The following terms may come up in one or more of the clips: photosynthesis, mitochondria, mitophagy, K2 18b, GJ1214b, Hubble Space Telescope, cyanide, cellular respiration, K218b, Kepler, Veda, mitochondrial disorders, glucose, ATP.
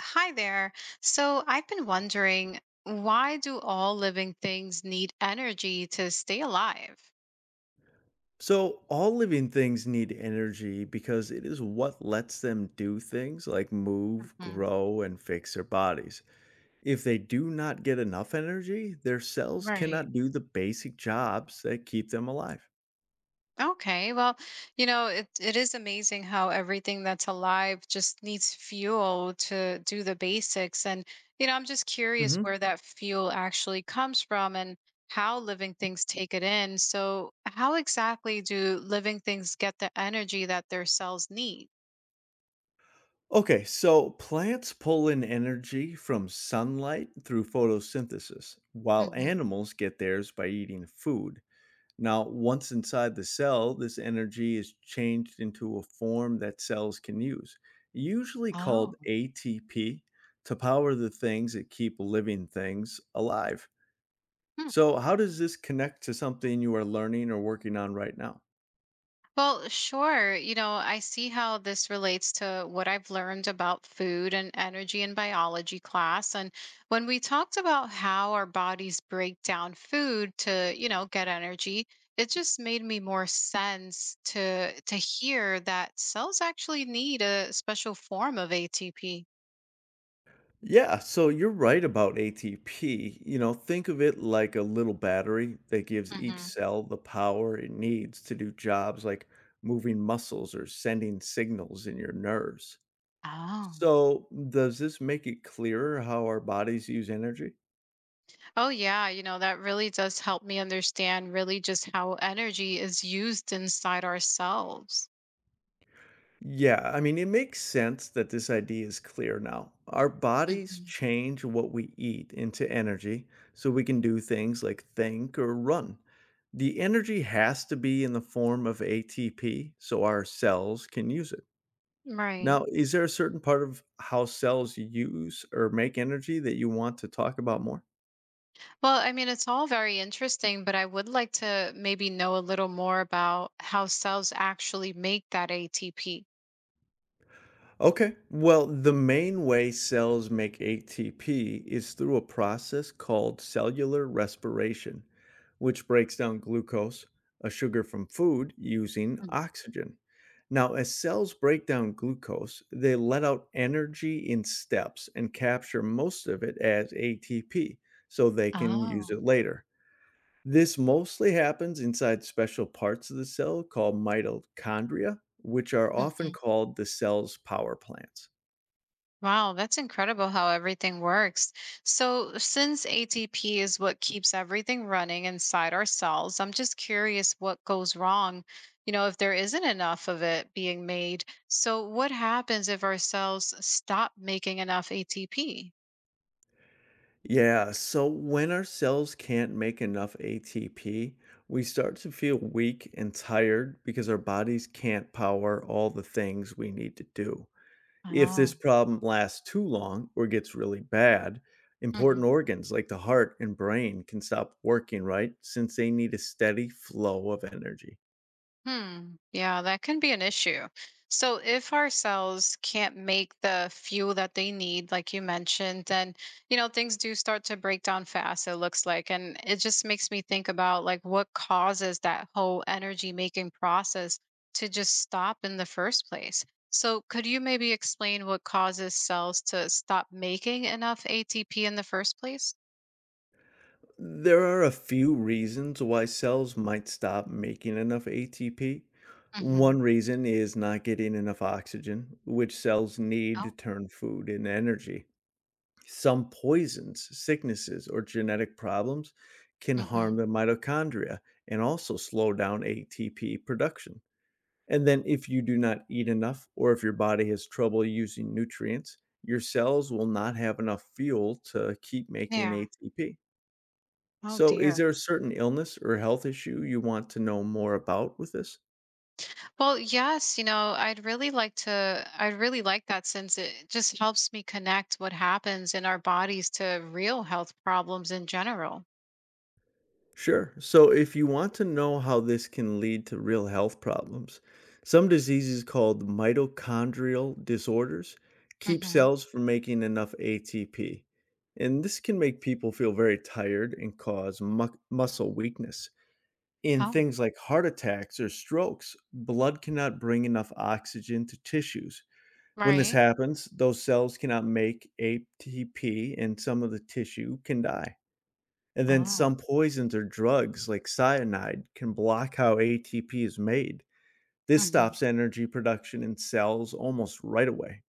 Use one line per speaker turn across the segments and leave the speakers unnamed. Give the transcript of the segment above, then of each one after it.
Hi there. So I've been wondering, why do all living things need energy to stay alive?
So, all living things need energy because it is what lets them do things like move,
Hmm
grow, and fix their bodies. If they do not get enough energy, their cells
Right.
cannot do the basic jobs that keep them alive.
Okay, well, it is amazing how everything that's alive just needs fuel to do the basics. And I'm just curious
Hmm.
where that fuel actually comes from and how living things take it in. So, how exactly do living things get the energy that their cells need?
Okay, so plants pull in energy from sunlight through photosynthesis, while
Hmm
animals get theirs by eating food. Now, once inside the cell, this energy is changed into a form that cells can use, usually
Oh.
called ATP, to power the things that keep living things alive. So, how does this connect to something you are learning or working on right now?
Well, sure. You know, I see how this relates to what I've learned about food and energy in biology class. And when we talked about how our bodies break down food to, get energy, it just made me more sense to hear that cells actually need a special form of ATP.
Yeah, so you're right about ATP. You know, think of it like a little battery that gives each
Hmm
cell the power it needs to do jobs like moving muscles or sending signals in your nerves.
Oh.
So, does this make it clearer how our bodies use energy?
Oh yeah, that really does help me understand really just how energy is used inside ourselves.
Yeah, I mean, it makes sense that this idea is clear now. Our bodies
Hmm
change what we eat into energy so we can do things like think or run. The energy has to be in the form of ATP so our cells can use it.
Right.
Now, is there a certain part of how cells use or make energy that you want to talk about more?
Well, I mean, it's all very interesting, but I would like to maybe know a little more about how cells actually make that ATP.
Okay. Well, the main way cells make ATP is through a process called cellular respiration, which breaks down glucose, a sugar from food, using
Mhm.
oxygen. Now, as cells break down glucose, they let out energy in steps and capture most of it as ATP so they can use
Oh,
it later. This mostly happens inside special parts of the cell called mitochondria, which are often
mhm.
called the cell's power plants.
Wow, that's incredible how everything works. So, since ATP is what keeps everything running inside our cells, I'm just curious what goes wrong, if there isn't enough of it being made. So, what happens if our cells stop making enough ATP?
Yeah, so when our cells can't make enough ATP, we start to feel weak and tired because our bodies can't power all the things we need to do. If
Oh.
this problem lasts too long or gets really bad, important organs like the heart and brain can stop working right since they need a steady flow of energy.
Hmm. Yeah, that can be an issue. So, if our cells can't make the fuel that they need, like you mentioned, then, things do start to break down fast, it looks like. And it just makes me think about like what causes that whole energy making process to just stop in the first place. So, could you maybe explain what causes cells to stop making enough ATP in the first place?
There are a few reasons why cells might stop making enough ATP.
Mm-hmm.
One reason is not getting enough oxygen, which cells need to
Oh,
turn food into energy. Some poisons, sicknesses, or genetic problems can harm
mm-hmm.
the mitochondria and also slow down ATP production. And then, if you do not eat enough or if your body has trouble using nutrients, your cells will not have enough fuel to keep making
Yeah.
ATP.
Oh,
So, is
dear.
there a certain illness or health issue you want to know more about with this?
Well, yes, I'd really like that since it just helps me connect what happens in our bodies to real health problems in general.
Sure. So, if you want to know how this can lead to real health problems, some diseases called mitochondrial disorders keep
Hmm
cells from making enough ATP. And this can make people feel very tired and cause muscle weakness. In
Oh,
things like heart attacks or strokes, blood cannot bring enough oxygen to tissues. When this
right.
happens, those cells cannot make ATP and some of the tissue can die. And then
Oh.
some poisons or drugs like cyanide can block how ATP is made. This
hmm
stops energy production in cells almost right away.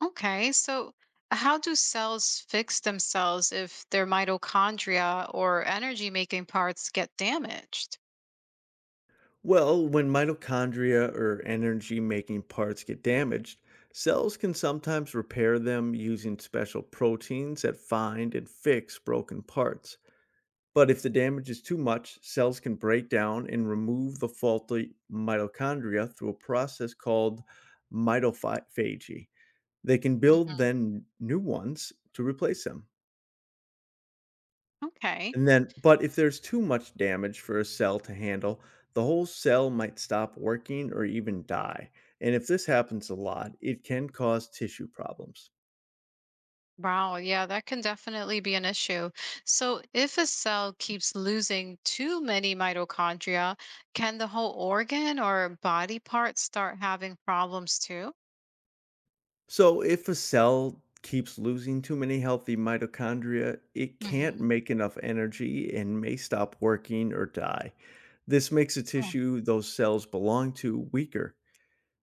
Okay. So, how do cells fix themselves if their mitochondria or energy making parts get damaged?
Well, when mitochondria or energy making parts get damaged, cells can sometimes repair them using special proteins that find and fix broken parts. But if the damage is too much, cells can break down and remove the faulty mitochondria through a process called mitophagy. They can build
Hmm
then new ones to replace them.
Okay.
And then but if there's too much damage for a cell to handle, the whole cell might stop working or even die. And if this happens a lot, it can cause tissue problems.
Wow, yeah, that can definitely be an issue. So, if a cell keeps losing too many mitochondria, can the whole organ or body part start having problems too?
So if a cell keeps losing too many healthy mitochondria, it can't
Mhm.
make enough energy and may stop working or die. This makes the
Oh,
tissue those cells belong to weaker.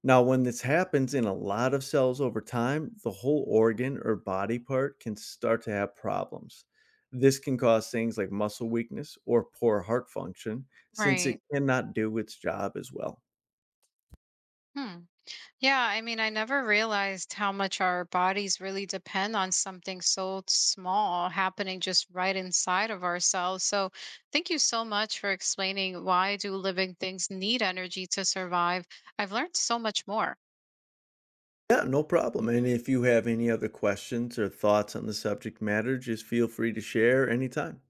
Now, when this happens in a lot of cells over time, the whole organ or body part can start to have problems. This can cause things like muscle weakness or poor heart function since it
right.
cannot do its job as well.
Hmm. Yeah, I mean, I never realized how much our bodies really depend on something so small happening just right inside of ourselves. So, thank you so much for explaining why do living things need energy to survive. I've learned so much more.
Yeah, no problem. And if you have any other questions or thoughts on the subject matter, just feel free to share anytime.